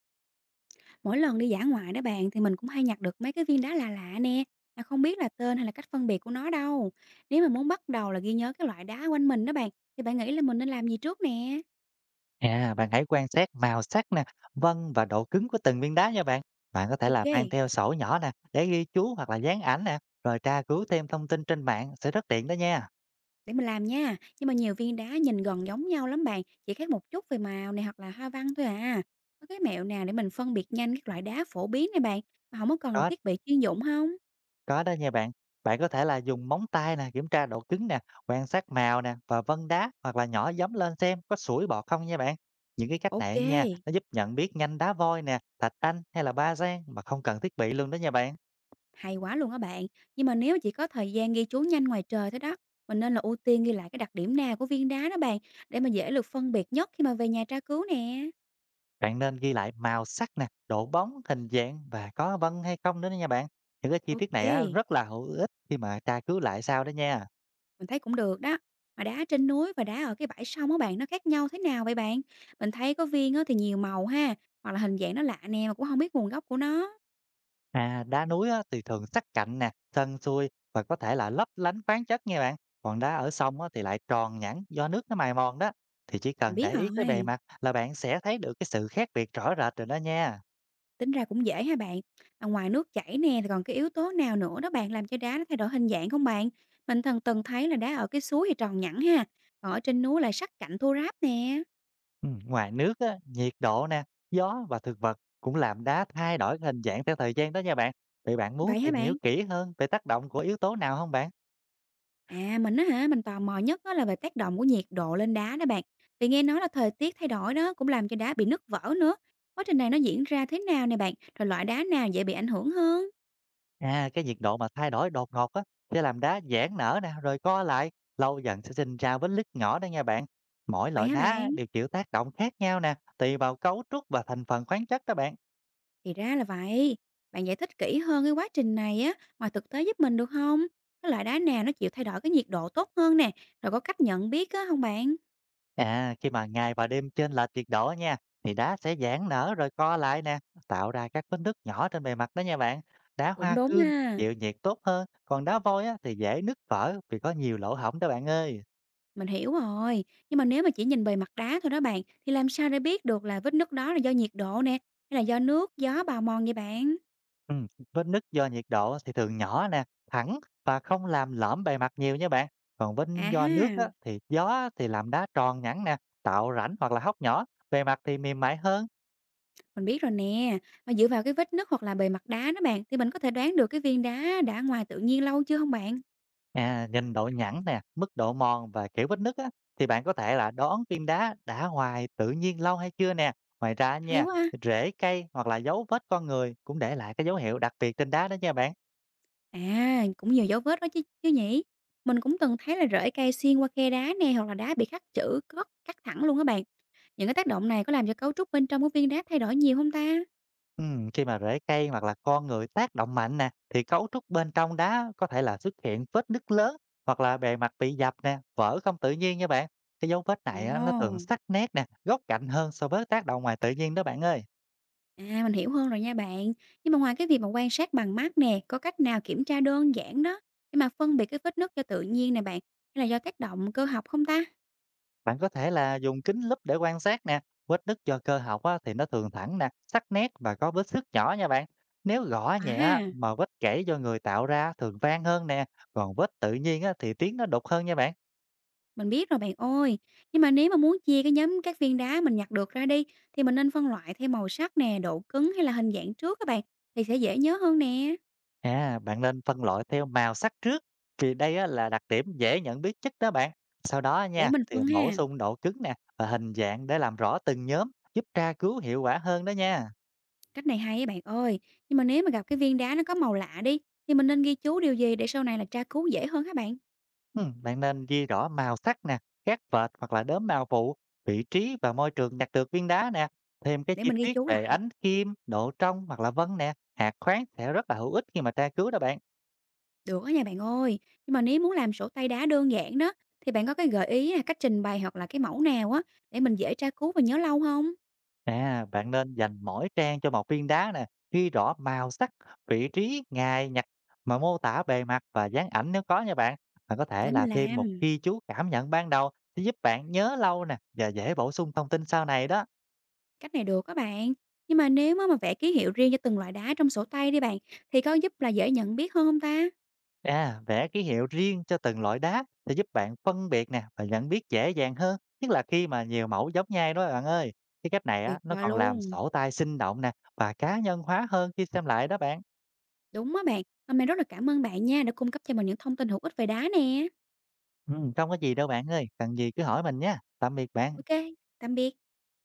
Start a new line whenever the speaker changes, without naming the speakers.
Mỗi lần đi dã ngoại đó bạn thì mình cũng hay nhặt được mấy cái viên đá lạ lạ nè, mà không biết là tên hay là cách phân biệt của nó đâu. Nếu mà muốn bắt đầu là ghi nhớ cái loại đá quanh mình đó bạn, thì bạn nghĩ là mình nên làm gì trước nè?
À, bạn hãy quan sát màu sắc nè, vân và độ cứng của từng viên đá nha bạn. Bạn có thể là
Ok,
mang theo sổ nhỏ nè để ghi chú hoặc là dán ảnh nè, rồi tra cứu thêm thông tin trên mạng sẽ rất tiện đó nha.
để mình làm nha. Nhưng mà nhiều viên đá nhìn gần giống nhau lắm bạn, chỉ khác một chút về màu này hoặc là hoa văn thôi à. Có cái mẹo nào để mình phân biệt nhanh các loại đá phổ biến này bạn, mà không có cần là
Có
thiết bị chuyên dụng không?
có đó nha bạn. Bạn có thể là dùng móng tay nè kiểm tra độ cứng nè, quan sát màu nè và vân đá hoặc là nhỏ giấm lên xem có sủi bọt không nha bạn. Những cái cách
Ok.
này nha, nó giúp nhận biết nhanh đá voi nè, thạch anh hay là ba giang mà không cần thiết bị luôn đó nha bạn.
Hay quá luôn á bạn. Nhưng mà nếu chỉ có thời gian ghi chú nhanh ngoài trời thôi đó, mình nên là ưu tiên ghi lại cái đặc điểm nào của viên đá đó bạn, để mà dễ được phân biệt nhất khi mà về nhà tra cứu nè.
Bạn nên ghi lại màu sắc nè, độ bóng, hình dạng và có vân hay không nữa đó nha bạn. Những cái chi tiết
Ok,
này á, rất là hữu ích khi mà tra cứu lại sau đó nha.
mình thấy cũng được đó. Mà đá trên núi và đá ở cái bãi sông á bạn, nó khác nhau thế nào vậy bạn? Mình thấy có viên á thì nhiều màu ha, hoặc là hình dạng nó lạ nè mà cũng không biết nguồn gốc của nó.
À, đá núi á, thì thường sắc cạnh nè, sân xuôi và có thể là lấp lánh khoáng chất nha bạn. Còn đá ở sông á, thì lại tròn nhẵn do nước nó mài mòn đó. Thì chỉ
Mình
cần
biết
để ý cái bề
rồi.
mặt là bạn sẽ thấy được cái sự khác biệt rõ rệt rồi đó nha.
Tính ra cũng dễ ha bạn. Mà ngoài nước chảy nè thì còn cái yếu tố nào nữa đó bạn làm cho đá nó thay đổi hình dạng không bạn? Mình thần từng thấy là đá ở cái suối thì tròn nhẵn ha, còn ở trên núi lại sắc cạnh thô ráp nè.
Ngoài nước á, nhiệt độ nè, gió và thực vật cũng làm đá thay đổi cái hình dạng theo thời gian đó nha bạn. Vậy bạn muốn
Vậy hả
tìm hiểu
bạn?
kỹ hơn về tác động của yếu tố nào không bạn?
À mình á hả, mình tò mò nhất á là về tác động của nhiệt độ lên đá đó bạn. Vì nghe nói là thời tiết thay đổi đó cũng làm cho đá bị nứt vỡ nữa. Quá trình này nó diễn ra thế nào nè bạn? Rồi loại đá nào dễ bị ảnh hưởng hơn?
À, cái nhiệt độ mà thay đổi đột ngột á, sẽ làm đá giãn nở nè, rồi co lại, lâu dần sẽ sinh ra vết nứt nhỏ đó nha bạn. Mỗi
Vậy
loại
hả
đá
bạn?
đều chịu tác động khác nhau nè, tùy vào cấu trúc và thành phần khoáng chất đó bạn.
Thì ra là vậy. Bạn giải thích kỹ hơn cái quá trình này á, ngoài thực tế giúp mình được không? Cái loại đá nào nó chịu thay đổi cái nhiệt độ tốt hơn nè, rồi có cách nhận biết á không bạn?
À, khi mà ngày và đêm chênh lệch nhiệt độ nha, thì đá sẽ giãn nở rồi co lại nè, tạo ra các vết nứt nhỏ trên bề mặt đó nha bạn. Đá
Cũng
hoa
đúng
cương
ha.
chịu nhiệt tốt hơn, còn đá vôi á, thì dễ nứt vỡ vì có nhiều lỗ hổng đó bạn ơi.
Mình hiểu rồi. Nhưng mà nếu mà chỉ nhìn bề mặt đá thôi đó bạn, thì làm sao để biết được là vết nứt đó là do nhiệt độ nè, hay là do nước, gió bào mòn vậy bạn?
Ừ, vết nứt do nhiệt độ thì thường nhỏ nè, thẳng và không làm lõm bề mặt nhiều nha bạn. Còn vết
À
do nước á,
ha,
thì gió thì làm đá tròn nhẵn nè, tạo rãnh hoặc là hốc nhỏ, bề mặt thì mềm mại hơn.
mình biết rồi nè. Mà dựa vào cái vết nứt hoặc là bề mặt đá đó bạn, thì mình có thể đoán được cái viên đá đã ngoài tự nhiên lâu chưa không bạn?
À, nhìn độ nhẵn nè, mức độ mòn và kiểu vết nứt á, thì bạn có thể là đoán viên đá đã hoài tự nhiên lâu hay chưa nè. Ngoài ra
Hay
nha,
quá ha.
rễ cây hoặc là dấu vết con người cũng để lại cái dấu hiệu đặc biệt trên đá đó nha bạn.
À, cũng nhiều dấu vết đó chứ chứ nhỉ? Mình cũng từng thấy là rễ cây xuyên qua khe đá nè, hoặc là đá bị khắc chữ, cắt cắt thẳng luôn các bạn. Những cái tác động này có làm cho cấu trúc bên trong của viên đá thay đổi nhiều không ta?
Khi mà rễ cây hoặc là con người tác động mạnh nè, thì cấu trúc bên trong đá có thể là xuất hiện vết nứt lớn hoặc là bề mặt bị dập nè, vỡ không tự nhiên nha bạn. Cái dấu vết này á, nó thường
Ồ,
sắc nét nè, góc cạnh hơn so với tác động ngoài tự nhiên đó bạn ơi.
à mình hiểu hơn rồi nha bạn. Nhưng mà ngoài cái việc mà quan sát bằng mắt nè, có cách nào kiểm tra đơn giản đó để mà phân biệt cái vết nứt cho tự nhiên nè bạn, hay là do tác động cơ học không ta?
Bạn có thể là dùng kính lúp để quan sát nè, vết nứt do cơ học á, thì nó thường thẳng nè, sắc nét và có vết xước nhỏ nha bạn. Nếu gõ
À
nhẹ á,
ha.
mà vết kẻ do người tạo ra thường vang hơn nè, còn vết tự nhiên á, thì tiếng nó đục hơn nha bạn.
Mình biết rồi bạn ơi, nhưng mà nếu mà muốn chia cái nhóm các viên đá mình nhặt được ra đi thì mình nên phân loại theo màu sắc nè, độ cứng hay là hình dạng trước các bạn thì sẽ dễ nhớ hơn nè.
À, bạn nên phân loại theo màu sắc trước, vì đây á, là đặc điểm dễ nhận biết nhất đó bạn. Sau đó
Để
nha,
mình
thì
phân
bổ
ha.
sung độ cứng nè và hình dạng để làm rõ từng nhóm, giúp tra cứu hiệu quả hơn đó nha.
Cách này hay á bạn ơi. Nhưng mà nếu mà gặp cái viên đá nó có màu lạ đi thì mình nên ghi chú điều gì để sau này là tra cứu dễ hơn các bạn?
Bạn nên ghi rõ màu sắc nè, các vệt hoặc là đốm màu phụ, vị trí và môi trường nhặt được viên đá nè. Thêm cái
Để
chi
mình ghi
tiết
chú
về
lại.
ánh kim, độ trong hoặc là vân nè, hạt khoáng sẽ rất là hữu ích khi mà tra cứu đó bạn.
Được đó nha bạn ơi. Nhưng mà nếu muốn làm sổ tay đá đơn giản đó thì bạn có cái gợi ý là cách trình bày hoặc là cái mẫu nào á để mình dễ tra cứu và nhớ lâu không?
À, bạn nên dành mỗi trang cho một viên đá nè, ghi rõ màu sắc, vị trí, ngày, nhặt mà mô tả bề mặt và dáng ảnh nếu có nha bạn. Bạn có thể
Để
là
mình
thêm một
làm.
ghi chú cảm nhận ban đầu sẽ giúp bạn nhớ lâu nè và dễ bổ sung thông tin sau này đó.
Cách này được các bạn. Nhưng mà nếu á mà vẽ ký hiệu riêng cho từng loại đá trong sổ tay đi bạn, thì có giúp là dễ nhận biết hơn không ta?
À, vẽ ký hiệu riêng cho từng loại đá sẽ giúp bạn phân biệt nè và nhận biết dễ dàng hơn, nhất là khi mà nhiều mẫu giống nhau đó bạn ơi. Cái cách này á,
Tuyệt
nó
vời
còn làm
luôn.
sổ tay sinh động nè và cá nhân hóa hơn khi xem lại đó bạn.
Đúng á bạn. Hôm nay rất là cảm ơn bạn nha đã cung cấp cho mình những thông tin hữu ích về đá nè.
Ừ, không có gì đâu bạn ơi, cần gì cứ hỏi mình nha. Tạm biệt bạn.
Ok, tạm biệt.